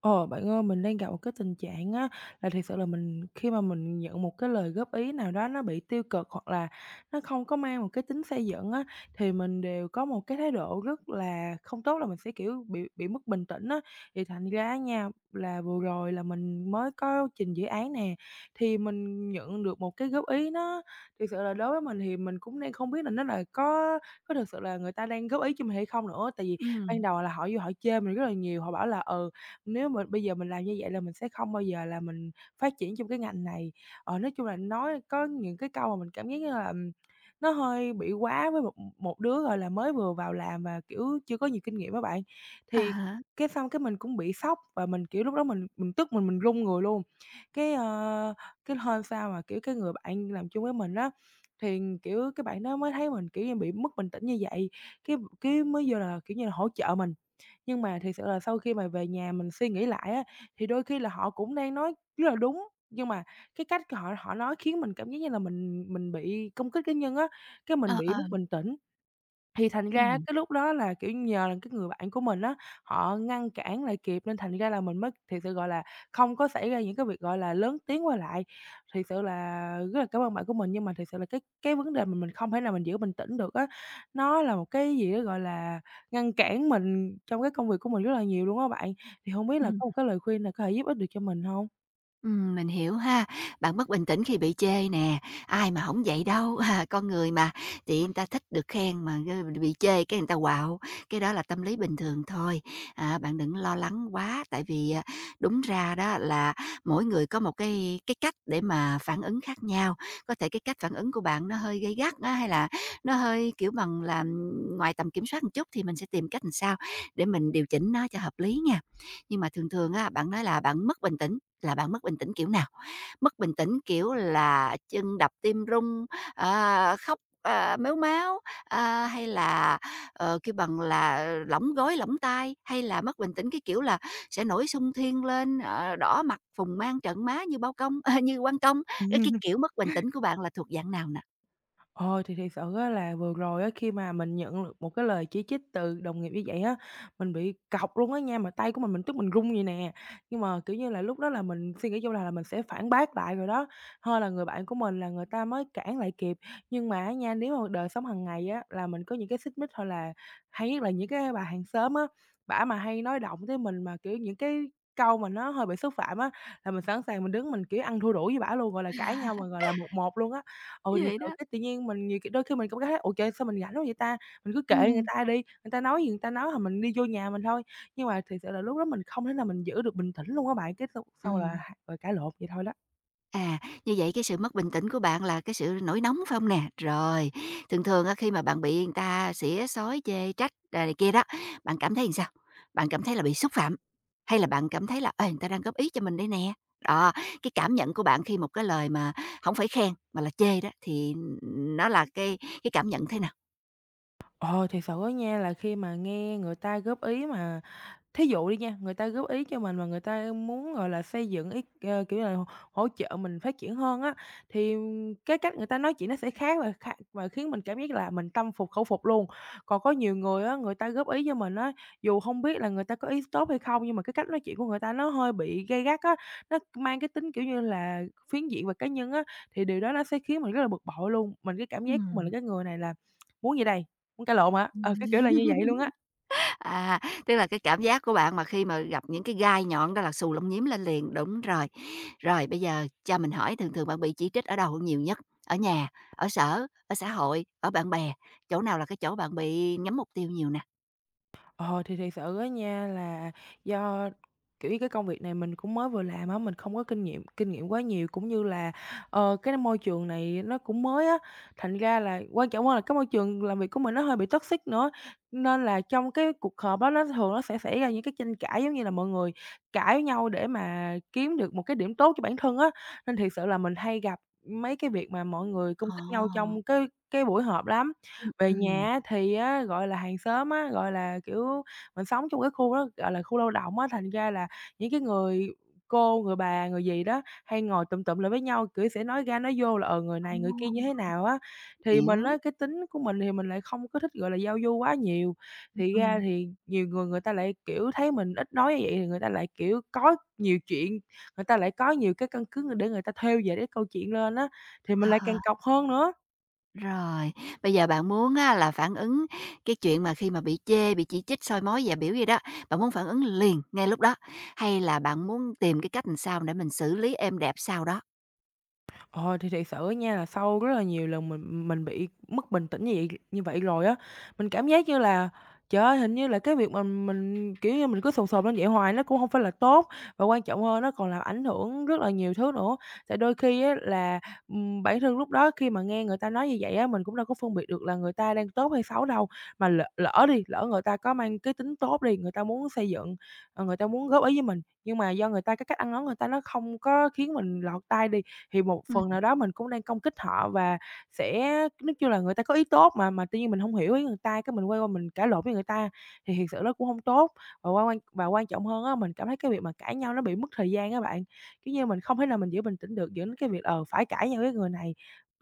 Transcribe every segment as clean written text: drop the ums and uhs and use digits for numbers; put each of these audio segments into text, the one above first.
Ờ, Bạn ơi, mình đang gặp một cái tình trạng á, là thiệt sự là mình khi mà mình nhận một cái lời góp ý nào đó nó bị tiêu cực hoặc là nó không có mang một cái tính xây dựng á, thì mình đều có một cái thái độ rất là không tốt là mình sẽ, kiểu, bị mất bình tĩnh á. Thì thành ra nha, là vừa rồi là mình mới có trình dự án nè, thì mình nhận được một cái góp ý nó thực sự là đối với mình thì mình cũng đang không biết là nó là có thực sự là người ta đang góp ý cho mình hay không nữa. Tại vì ban Ừm, đầu là họ vô họ chê mình rất là nhiều, họ bảo là "Ừ, nếu mà bây giờ mình làm như vậy là mình sẽ không bao giờ là mình phát triển trong cái ngành này. Nói chung là nói có những cái câu mà mình cảm giác như là nó hơi bị quá với một một đứa, gọi là, mới vừa vào làm và, kiểu, chưa có nhiều kinh nghiệm á bạn. à Thì há, cái xong cái mình cũng bị sốc và mình, kiểu, lúc đó mình tức mình run người luôn. Cái, ơ, cái hôm sau mà, kiểu, cái người bạn làm chung với mình á, thì, kiểu, cái bạn đó mới thấy mình, kiểu như, bị mất bình tĩnh như vậy, cái mới vô là, kiểu như là, hỗ trợ mình. Nhưng mà thực sự là sau khi mà về nhà mình suy nghĩ lại á, thì đôi khi là họ cũng đang nói rất là đúng, nhưng mà cái cách họ họ nói khiến mình cảm giác như là mình bị công kích cá nhân á, cái mình ờ, bị ờ, mất bình tĩnh. Thì thành ra á ừm, cái lúc đó là, kiểu, nhờ là cái người bạn của mình á, họ ngăn cản lại kịp nên thành ra là mình mới thiệt sự, gọi là, không có xảy ra những cái việc, gọi là, lớn tiếng qua lại. Thiệt sự là rất là cảm ơn bạn của mình, nhưng mà thiệt sự là cái vấn đề mà mình không thể nào mình giữ bình tĩnh được á, nó là một cái gì đó, gọi là, ngăn cản mình trong cái công việc của mình rất là nhiều luôn á bạn. Thì hông biết là ừm. có một cái lời khuyên nào có thể giúp ích được cho mình mình hiểu ha. Bạn mất bình tĩnh khi bị chê nè, ai mà hổng vậy đâu, con người mà, thì người ta thích được khen mà cái bị chê cái người ta quạo cái đó là tâm lý bình thường thôi. À, bạn đừng lo lắng quá, tại vì, đúng ra đó là mỗi người có một cái cách để mà phản ứng khác nhau. Có thể cái cách phản ứng của bạn nó hơi gay gắt á, hay là nó hơi, kiểu bằng là, ngoài tầm kiểm soát một chút thì mình sẽ tìm cách làm sao để mình điều chỉnh nó cho hợp lý nha. Nhưng mà thường thường á, bạn nói là bạn mất bình tĩnh là bạn mất bình tĩnh kiểu nào? Mất bình tĩnh kiểu là chân đập tim rung, khóc, mếu máo, hay là, kêu bằng là luỏng gối, luỏng tay, hay là mất bình tĩnh cái kiểu là sẽ nổi xung thiên lên, đỏ mặt, phùng mang trận má như bao công như quan công? Cái hông? kiểu mất bình tĩnh của bạn là thuộc dạng nào nè? Ờ, thì thiệt sự á là vừa rồi á, khi mà mình nhận được một cái lời chỉ trích từ đồng nghiệp như vậy á, mình bị cọc luôn á nha, mà tay của mình tức mình run vậy nè. Nhưng mà, kiểu như là, lúc đó là mình suy nghĩ vô là mình sẽ phản bác lại rồi đó, hên là người bạn của mình là người ta mới cản lại kịp. Nhưng mà á nha, nếu mà đời sống hàng ngày á, là mình có những cái xích mích hoặc là hay nhất là những cái bà hàng xóm á, bả mà hay nói động tới mình mà, kiểu, những cái câu mà nó hơi bị xúc phạm á, là mình sẵn sàng mình đứng mình, kiểu, ăn thua đủ với bả luôn, gọi là, cãi nhau mà, gọi là, một một luôn á. Ừ, Như thì vậy sự đó. cái tự nhiên mình nhiều khi đôi khi mình cũng thấy: "Ủa trời, sao mình rảnh quá vậy ta?" Mình cứ kệ người Ừm. ta đi, người ta nói gì người ta nói hoặc mình đi vô nhà mình thôi. Nhưng mà thiệt sự là lúc đó mình không thể nào mình giữ được bình tĩnh luôn á bạn, cái xong xong là Ừm. h rồi cãi lộn vậy thôi đó. À, như vậy cái sự mất bình tĩnh của bạn là cái sự nổi nóng phải không nè? Rồi, thường thường á khi mà bạn bị người ta xỉa xói, chê trách, này kia đó, bạn cảm thấy làm sao? Bạn cảm thấy là bị xúc phạm? Hay là bạn cảm thấy là, người ta đang góp ý cho mình đây nè? Đó, cái cảm nhận của bạn khi một cái lời mà không phải khen mà là chê đó thì nó là cái cảm nhận thế nào? Ờ, Thiệt sự á nha, là khi mà nghe người ta góp ý mà thí dụ đi nha, người ta góp ý cho mình mà người ta muốn, gọi là, xây dựng ý kiểu là, hỗ trợ mình phát triển hơn á, thì cái cách người ta nói chuyện nó sẽ khác và khiến mình cảm giác là mình tâm phục khẩu phục luôn. Còn có nhiều người á, người ta góp ý cho mình á, dù không biết là người ta có ý tốt hay không, nhưng mà cái cách nói chuyện của người ta nó hơi bị gay gắt á, nó mang cái tính, kiểu như là, phiến diện và cá nhân á, thì điều đó nó sẽ khiến mình rất là bực bội luôn. Mình cái cảm giác của mình là Ừm. cái người này là muốn gì đây? Muốn cãi lộn hả? Ờ, cái kiểu là như vậy luôn á. À, tức là cái cảm giác của bạn mà khi mà gặp những cái gai nhọn đó là xù lông nhím lên liền, đúng rồi. Rồi bây giờ cho mình hỏi thường thường bạn bị chỉ trích ở đâu nhiều nhất? Ở nhà, ở sở, ở xã hội, ở bạn bè, chỗ nào là cái chỗ bạn bị nhắm mục tiêu nhiều nè? Ờ, thì thiệt sự á nha là do, kiểu như, cái công việc này mình cũng mới vừa làm á, mình không có kinh nghiệm quá nhiều, cũng như là, cái môi trường này nó cũng mới á, thành ra là quan trọng hơn là cái môi trường làm việc của mình nó hơi bị toxic nữa. Nên là trong cái cuộc họp á, nó thường nó sẽ xảy ra những cái tranh cãi, giống như là mọi người cãi nhau để mà kiếm được một cái điểm tốt cho bản thân á, nên thiệt sự là mình hay gặp mấy cái việc mà mọi người công kích nhau Ồ, trong cái buổi họp lắm. Về nhà ừm, á thì á, gọi là, hàng xóm á, gọi là, kiểu, mình sống trong cái khu đó, gọi là, khu lao động á, thành ra là những cái người cô, người bà, người dì đó hay ngồi tụm tụm lại với nhau, kiểu, sẽ nói ra nói vô là, người ồ, này người kia như thế nào á. Thì mình hiểu, á, cái tính của mình thì mình lại không có thích, gọi là, giao du quá nhiều, thì ra ừm, thì nhiều người người ta lại, kiểu, thấy mình ít nói như vậy thì người ta lại, kiểu, có nhiều chuyện, người ta lại có nhiều cái căn cứ để người ta thêu về cái câu chuyện lên á, thì mình lại à. càng cọc hơn nữa. Rồi, bây giờ bạn muốn á là phản ứng cái chuyện mà khi mà bị chê, bị chỉ trích, soi mói, dè biểu gì đó, bạn muốn phản ứng liền ngay lúc đó, hay là bạn muốn tìm cái cách làm sao để mình xử lý êm đẹp sau đó? Ờ, thì thiệt sự nha là sau rất là nhiều lần mình bị mất bình tĩnh như vậy rồi á, mình cảm giác như là, trời ơi, hình như là cái việc mà mình, kiểu như, mình cứ sồn sồn lên vậy hoài nó cũng không phải là tốt, và quan trọng hơn nó còn làm ảnh hưởng rất là nhiều thứ nữa. Tại đôi khi á là, bản thân lúc đó khi mà nghe người ta nói như vậy á, mình cũng đâu có phân biệt được là người ta đang tốt hay xấu đâu, mà lỡ lỡ đi, lỡ người ta có mang cái tính tốt đi, người ta muốn xây dựng, người ta muốn góp ý với mình, nhưng mà do người ta cái cách ăn nói người ta nó không có khiến mình lọt tai đi, thì một Ừm, phần nào đó mình cũng đang công kích họ và sẽ nói chung là người ta có ý tốt mà tuy nhiên mình hông hiểu ý người ta, cái mình quay qua mình cãi lộn với người ta thì thiệt sự nó cũng hông tốt. Và quan quan và quan trọng hơn á, mình cảm thấy cái việc mà cãi nhau nó bị mất thời gian á bạn, kiểu như, mình không thể nào mình giữ bình tĩnh được dẫn đến cái việc, phải cãi nhau với người này,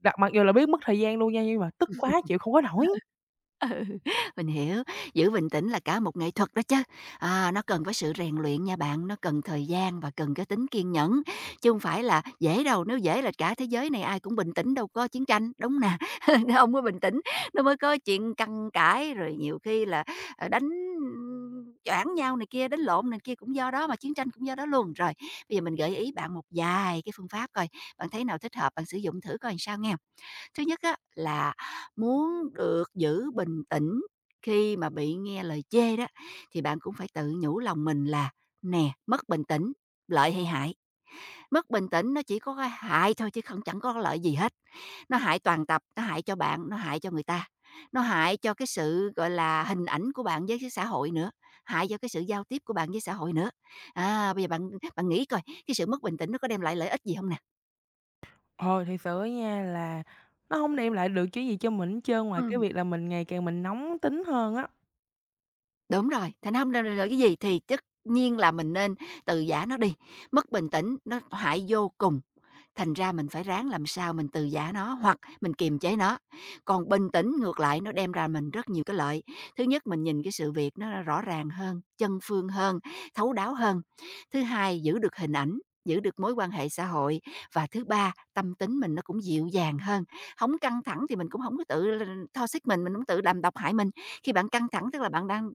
đặt mặc dù là biết mất thời gian luôn nha, nhưng mà tức quá chịu không có nổi. mình hiểu, giữ bình tĩnh là cả một nghệ thuật đó chứ. À, nó cần phải sự rèn luyện nha bạn, nó cần thời gian và cần cái tính kiên nhẫn, chứ không phải là dễ đâu, nếu dễ là cả thế giới này ai cũng bình tĩnh đâu có chiến tranh, đúng nè? Nếu không có bình tĩnh nó mới có chuyện căng cãi, rồi nhiều khi là, đánh choảng nhau này kia, đánh lộn này kia cũng do đó mà chiến tranh cũng do đó luôn. Rồi, bây giờ mình gợi ý bạn một vài cái phương pháp coi, bạn thấy nào thích hợp bạn sử dụng thử coi làm sao nghe. Thứ nhất á là muốn được giữ bình tĩnh khi mà bị nghe lời chê đó, thì bạn cũng phải tự nhủ lòng mình là "Nè, mất bình tĩnh, lợi hay hại?" Mất bình tĩnh nó chỉ có cái hại thôi chứ không chẳng có cái lợi gì hết, nó hại toàn tập, nó hại cho bạn, nó hại cho người ta, nó hại cho cái sự, gọi là, hình ảnh của bạn với cái xã hội nữa, hại cho cái sự giao tiếp của bạn với xã hội nữa. À, bây giờ bạn bạn nghĩ coi, cái sự mất bình tĩnh nó có đem lại lợi ích gì không nè? Ờ, Thiệt sự á nha là nó hông đem lại được cái gì cho mình hết trơn ngoài cái Ừm. việc là mình ngày càng mình nóng tính hơn á. Đúng rồi, thành không nên là cái gì thì tất nhiên là mình nên từ giã nó đi, mất bình tĩnh nó hại vô cùng, thành ra mình phải ráng làm sao mình từ giả nó hoặc mình kiềm chế nó. Còn bình tĩnh ngược lại nó đem ra mình rất nhiều cái lợi. Thứ nhất, mình nhìn cái sự việc nó rõ ràng hơn, chân phương hơn, thấu đáo hơn. Thứ hai, giữ được hình ảnh, giữ được mối quan hệ xã hội. Và thứ ba, tâm tính mình nó cũng dịu dàng hơn, không căng thẳng thì mình cũng không có tự tho xích mình cũng tự làm độc hại mình. Khi bạn căng thẳng tức là bạn đang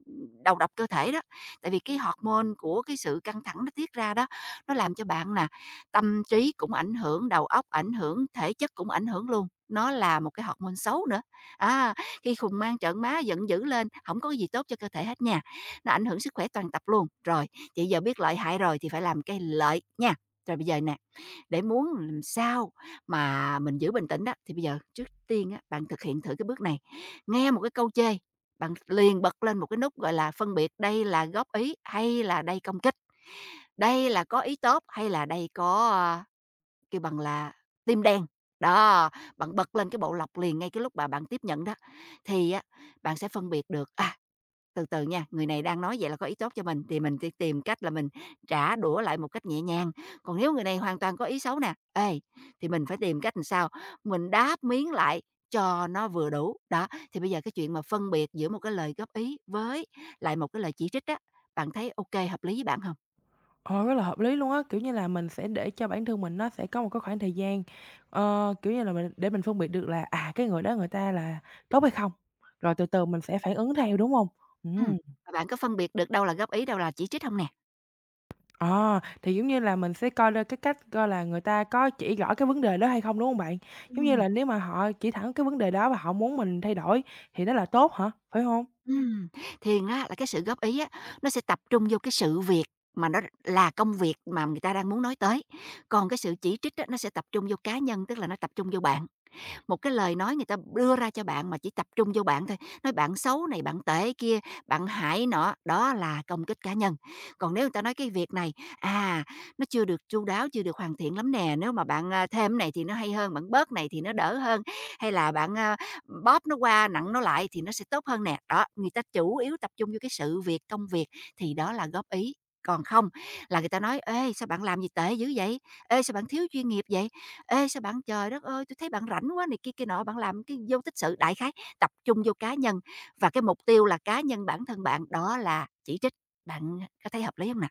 đầu độc cơ thể đó, tại vì cái hormone của cái sự căng thẳng nó tiết ra đó, nó làm cho bạn nè tâm trí cũng ảnh hưởng, đầu óc ảnh hưởng, thể chất cũng ảnh hưởng luôn, nó là một cái hormone xấu nữa. Á, khi khùng mang trợn má, giận dữ lên, không có cái gì tốt cho cơ thể hết nha, nó ảnh hưởng sức khỏe toàn tập luôn. Rồi, vậy giờ biết lợi hại rồi thì phải làm cái lợi nha. Rồi bây giờ nè, để muốn làm sao mà mình giữ bình tĩnh đó, thì bây giờ trước tiên á, bạn thực hiện thử cái bước này. Nghe một cái câu chê, bạn liền bật lên một cái nút, gọi là, phân biệt đây là góp ý hay là đây công kích, đây là có ý tốt hay là đây có, kêu bằng là, tim đen. Đó, bạn bật lên cái bộ lọc liền ngay cái lúc mà bạn tiếp nhận đó, thì á, bạn sẽ phân biệt được, từ từ nha, người này đang nói vậy là có ý tốt cho mình thì mình sẽ tìm cách là mình trả đũa lại một cách nhẹ nhàng. Còn nếu người này hoàn toàn có ý xấu nè, thì mình phải tìm cách làm sao mình đáp miếng lại cho nó vừa đủ. Đó, thì bây giờ cái chuyện mà phân biệt giữa một cái lời góp ý với lại một cái lời chỉ trích á, bạn thấy ok hợp lý với bạn không? Ờ, Rất là hợp lý luôn á, kiểu như là, mình sẽ để cho bản thân mình nó sẽ có một cái khoảng thời gian, kiểu như là, mình để mình phân biệt được là, à, cái người đó người ta là tốt hay không, rồi từ từ mình sẽ phản ứng theo, đúng không? Ừm, Ừm, và bạn có phân biệt được đâu là góp ý, đâu là chỉ trích không nè? ờ, thì giống như là mình sẽ coi ra cái cách coi là người ta có chỉ rõ cái vấn đề đó hay không, đúng không bạn? Giống như Ừm. là nếu mà họ chỉ thẳng cái vấn đề đó và họ muốn mình thay đổi thì đó là tốt hả, phải không? Ừm, thiền á là cái sự góp ý á, nó sẽ tập trung vô cái sự việc mà nó là công việc mà người ta đang muốn nói tới, còn cái sự chỉ trích á, nó sẽ tập trung vô cá nhân, tức là nó tập trung vô bạn. Một cái lời nói người ta đưa ra cho bạn mà chỉ tập trung vô bạn thôi, nói bạn xấu này, bạn tệ kia, bạn hại nọ, đó là công kích cá nhân. Còn nếu người ta nói cái việc này, à, nó chưa được chu đáo, chưa được hoàn thiện lắm nè, nếu mà bạn, thêm này thì nó hay hơn, bạn bớt này thì nó đỡ hơn, hay là bạn, bóp nó qua, nặng nó lại thì nó sẽ tốt hơn nè. Đó, người ta chủ yếu tập trung vô cái sự việc, công việc thì đó là góp ý, còn không là người ta nói: "Ê, sao bạn làm gì tệ dữ vậy? Ê, sao bạn thiếu chuyên nghiệp vậy? Ê, sao bạn trời đất ơi, tôi thấy bạn rảnh quá" này kia kia nọ, bạn làm cái vô tích sự. Đại khái tập trung vô cá nhân và cái mục tiêu là cá nhân bản thân bạn, đó là chỉ trích. Bạn có thấy hợp lý không nè?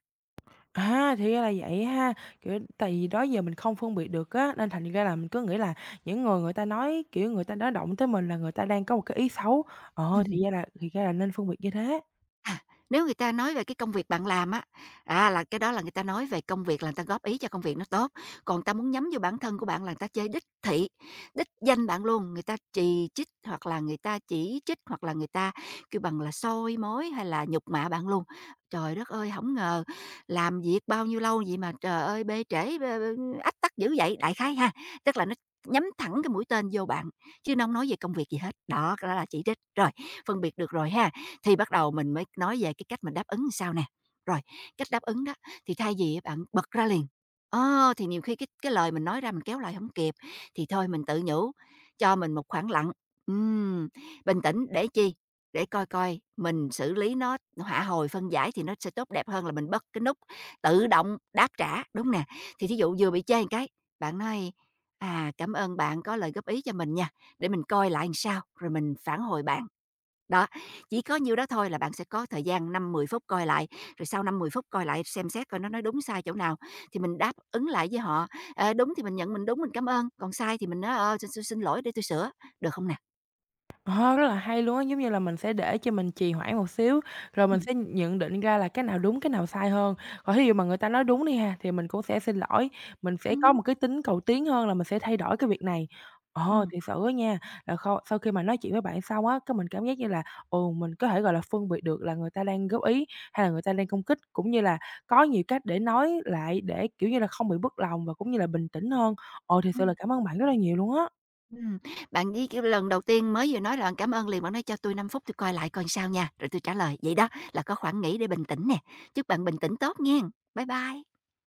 À, thì ra là vậy ha, kiểu, tại vì đó giờ mình không phân biệt được á, nên thành ra là mình cứ nghĩ là những người người ta nói, kiểu, người ta nói động tới mình là người ta đang có một cái ý xấu. Thì ra là thì ra là nên phân biệt như thế. À, nếu người ta nói về cái công việc bạn làm á, là cái đó là người ta nói về công việc là người ta góp ý cho công việc nó tốt, còn người ta muốn nhắm vô bản thân của bạn là người ta chơi đích thị, đích danh bạn luôn, người ta chì trích hoặc là người ta chỉ trích, hoặc là người ta kêu bằng là soi mối hay là nhục mạ bạn luôn. Trời đất ơi, không ngờ làm việc bao nhiêu lâu vậy mà trời ơi bê trễ, bê bê ách tắc dữ vậy, đại khái ha. Tức là nó nhắm thẳng cái mũi tên vô bạn, chứ nó hông nói về công việc gì hết. Đó, cái đó là chỉ trích. Rồi, phân biệt được rồi ha. Thì bắt đầu mình mới nói về cái cách mình đáp ứng làm sao nè. Rồi, cách đáp ứng đó thì thay vì bạn bật ra liền, thì nhiều khi cái lời mình nói ra mình kéo lại không kịp, thì thôi mình tự nhủ cho mình một khoảng lặng, ừm, bình tĩnh để chi? Để coi coi mình xử lý nó hạ hồi, phân giải thì nó sẽ tốt đẹp hơn là mình bật cái nút tự động đáp trả, đúng nè. Thì thí dụ vừa bị chê một cái, bạn nói: "À, cảm ơn bạn có lời góp ý cho mình nha, để mình coi lại làm sao rồi mình phản hồi bạn." Đó, chỉ có nhiêu đó thôi là bạn sẽ có thời gian 5-10 phút coi lại, rồi sau 5-10 phút coi lại xem xét coi nó nói đúng sai chỗ nào, thì mình đáp ứng lại với họ. Ờ, đúng thì mình nhận mình đúng mình cảm ơn, còn sai thì mình nói, "Xin xin xin lỗi để tôi sửa", được không nè? Ờ, Rất là hay luôn á, giống như là mình sẽ để cho mình trì hoãn một xíu, rồi mình Ừm, sẽ nhận định ra là cái nào đúng, cái nào sai hơn. Còn thí dụ mà người ta nói đúng đi ha, thì mình cũng sẽ xin lỗi, mình sẽ có ừm, một cái tính cầu tiến hơn là mình sẽ thay đổi cái việc này. Ừm, Thiệt sự á nha, là kho sau khi mà nói chuyện với bạn xong á, cái mình cảm giác như là, ồ mình có thể, gọi là, phân biệt được là người ta đang góp ý hay là người ta đang công kích, cũng như là có nhiều cách để nói lại để, kiểu như là, không bị mất lòng và cũng như là bình tĩnh hơn. Thiệt sự là ừm, cảm ơn bạn rất là nhiều luôn á. ừm. Bạn đi cái lần đầu tiên mới vừa nói là "Cảm ơn" liền, bạn nói: "Cho tôi 5 phút tôi coi lại coi sao nha, rồi tôi trả lời." Vậy đó là có khoảng nghỉ để bình tĩnh nè. Chúc bạn bình tĩnh tốt nghen. Bye bye.